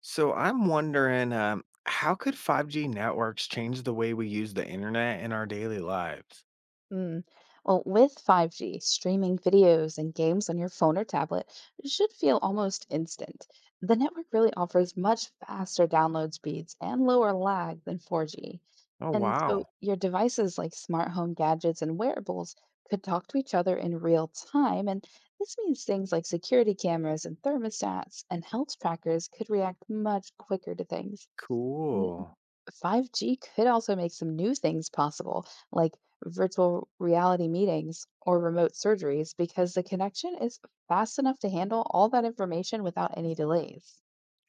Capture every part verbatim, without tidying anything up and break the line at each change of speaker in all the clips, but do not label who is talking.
So I'm wondering, um, how could five G networks change the way we use the internet in our daily lives?
Mm. Well, with five G, streaming videos and games on your phone or tablet should feel almost instant. The network really offers much faster download speeds and lower lag than four G.
Oh,
And so
wow.
your devices like smart home gadgets and wearables could talk to each other in real time. And this means things like security cameras and thermostats and health trackers could react much quicker to things.
Cool.
five G could also make some new things possible, like virtual reality meetings or remote surgeries, because the connection is fast enough to handle all that information without any delays.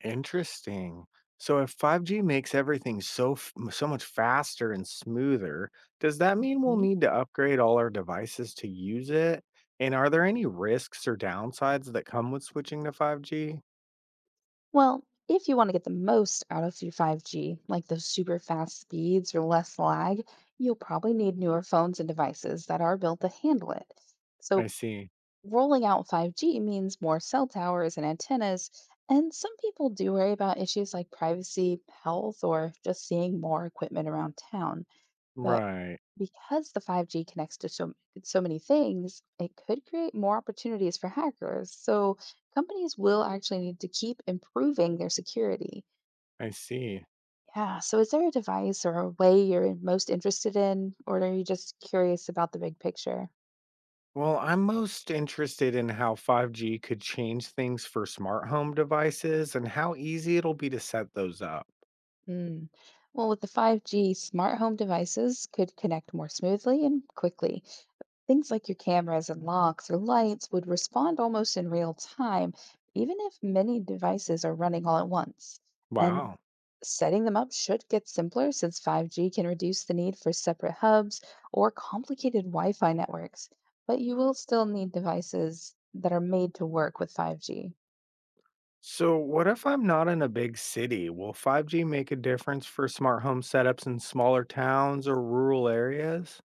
Interesting. So if five G makes everything so f- m- so much faster and smoother, does that mean we'll
Mhm.
need to upgrade all our devices to use it? And are there any risks or downsides that come with switching to five G?
Well, if you want to get the most out of your five G, like those super fast speeds or less lag, you'll probably need newer phones and devices that are built to handle it.
I
So
see.
rolling out five G means more cell towers and antennas, and some people do worry about issues like privacy, health, or just seeing more equipment around town. But
Right.
because the five G connects to so, so many things, it could create more opportunities for hackers. So companies will actually need to keep improving their security.
I see.
Yeah, so is there a device or a way you're most interested in, or are you just curious about the big picture?
Well, I'm most interested in how five G could change things for smart home devices and how easy it'll be to set those up.
Mm. Well, with the five G, smart home devices could connect more smoothly and quickly. Things like your cameras and locks or lights would respond almost in real time, even if many devices are running all at once. And
Wow.
setting them up should get simpler since five G can reduce the need for separate hubs or complicated Wi Fi networks. But you will still need devices that are made to work with five G.
So, what if I'm not in a big city? Will five G make a difference for smart home setups in smaller towns or rural areas?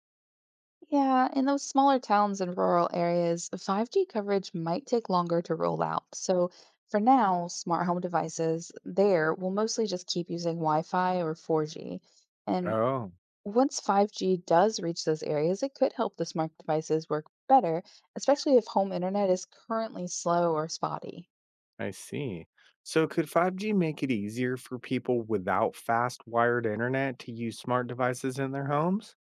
Yeah, in those smaller towns and rural areas, five G coverage might take longer to roll out. So for now, smart home devices there will mostly just keep using Wi-Fi or four G. And
Oh,
once five G does reach those areas, it could help the smart devices work better, especially if home internet is currently slow or spotty.
I see. So, could five G make it easier for people without fast wired internet to use smart devices in their homes?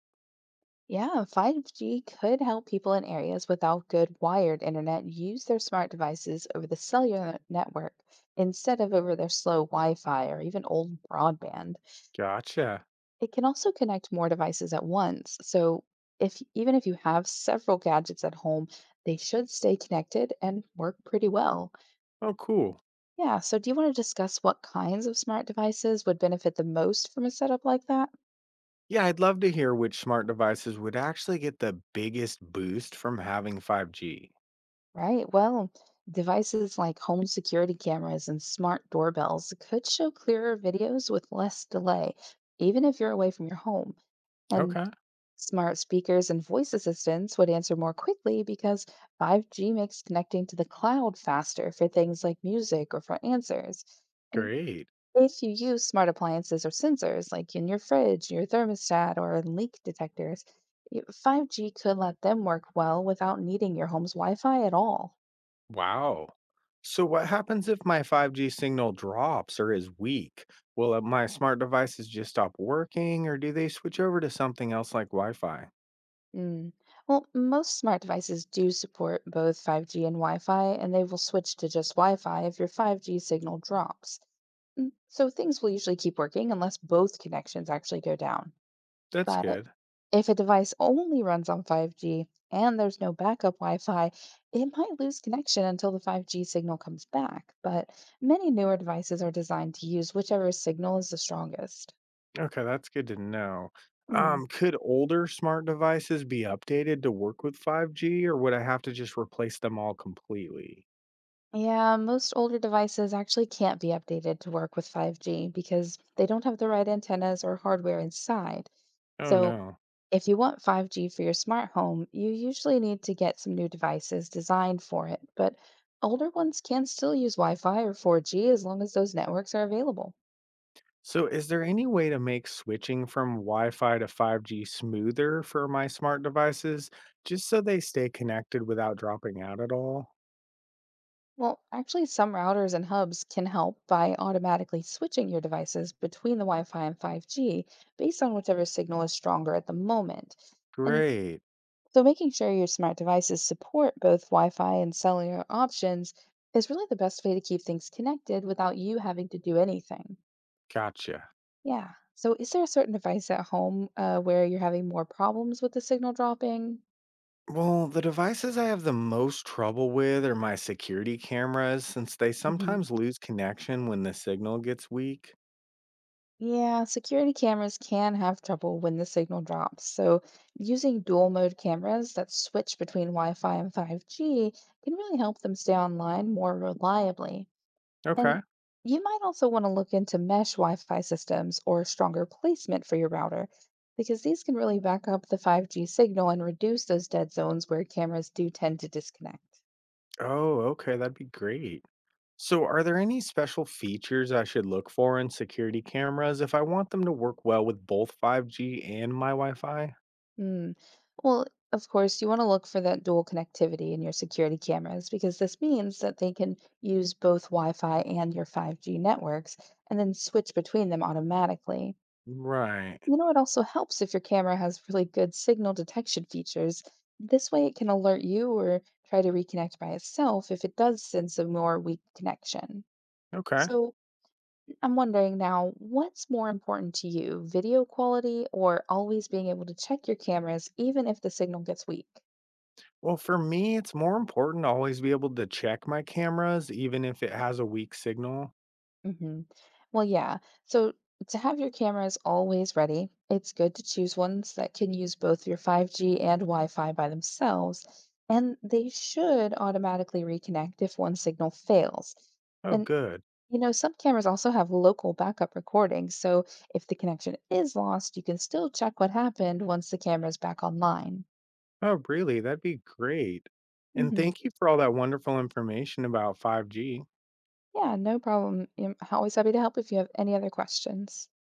Yeah, five G could help people in areas without good wired internet use their smart devices over the cellular network instead of over their slow Wi Fi or even old broadband.
Gotcha.
It can also connect more devices at once. So, if even if you have several gadgets at home, they should stay connected and work pretty well.
Oh, cool.
Yeah, so do you want to discuss what kinds of smart devices would benefit the most from a setup like that?
Yeah, I'd love to hear which smart devices would actually get the biggest boost from having five G.
Right. Well, devices like home security cameras and smart doorbells could show clearer videos with less delay, even if you're away from your home. And
Okay,
smart speakers and voice assistants would answer more quickly because five G makes connecting to the cloud faster for things like music or for answers. And
great.
if you use smart appliances or sensors like in your fridge, your thermostat, or leak detectors, y- five G could let them work well without needing your home's Wi Fi at all.
Wow. So, what happens if my five G signal drops or is weak? Will uh, my smart devices just stop working, or do they switch over to something else like Wi Fi?
Mm. Well, most smart devices do support both five G and Wi Fi, and they will switch to just Wi Fi if your five G signal drops. Mm, so things will usually keep working unless both connections actually go down.
That's
But
good.
if a device only runs on five G and there's no backup Wi Fi, it might lose connection until the five G signal comes back. But many newer devices are designed to use whichever signal is the strongest.
Okay, that's good to know.
Mhm.
Um, could older smart devices be updated to work with five G, or would I have to just replace them all completely?
Yeah, most older devices actually can't be updated to work with five G because they don't have the right antennas or hardware inside.
Oh
So,
no.
if you want five G for your smart home, you usually need to get some new devices designed for it. But older ones can still use Wi Fi or four G as long as those networks are available.
So, is there any way to make switching from Wi Fi to five G smoother for my smart devices, just so they stay connected without dropping out at all?
Well, actually, some routers and hubs can help by automatically switching your devices between the Wi Fi and five G based on whichever signal is stronger at the moment. And
Great.
so, making sure your smart devices support both Wi Fi and cellular options is really the best way to keep things connected without you having to do anything.
Gotcha.
Yeah. So, is there a certain device at home uh, where you're having more problems with the signal dropping?
Well, the devices I have the most trouble with are my security cameras, since they
Hmm.
sometimes lose connection when the signal gets weak.
Yeah, security cameras can have trouble when the signal drops. So, using dual mode cameras that switch between Wi Fi and five G can really help them stay online more reliably. And
Okay.
you might also want to look into mesh Wi Fi systems or stronger placement for your router, because these can really back up the five G signal and reduce those dead zones where cameras do tend to disconnect.
Oh, okay. That'd be great. So, are there any special features I should look for in security cameras if I want them to work well with both five G and my Wi Fi?
Mm. Well, of course, you want to look for that dual connectivity in your security cameras, because this means that they can use both Wi Fi and your five G networks and then switch between them automatically.
Right.
You know, it also helps if your camera has really good signal detection features. This way, it can alert you or try to reconnect by itself if it does sense a more weak connection.
Okay.
So, I'm wondering now, what's more important to you, video quality or always being able to check your cameras even if the signal gets weak?
Well, for me, it's more important to always be able to check my cameras, even if it has a weak signal.
Hmm. Well, yeah. So to have your cameras always ready, it's good to choose ones that can use both your five G and Wi Fi by themselves, and they should automatically reconnect if one signal fails.
Oh,
And,
good.
you know, some cameras also have local backup recordings, so if the connection is lost, you can still check what happened once the camera's back online.
Oh, really? That'd be great. And
Hmm.
thank you for all that wonderful information about five G.
Yeah, no problem. I'm always happy to help if you have any other questions.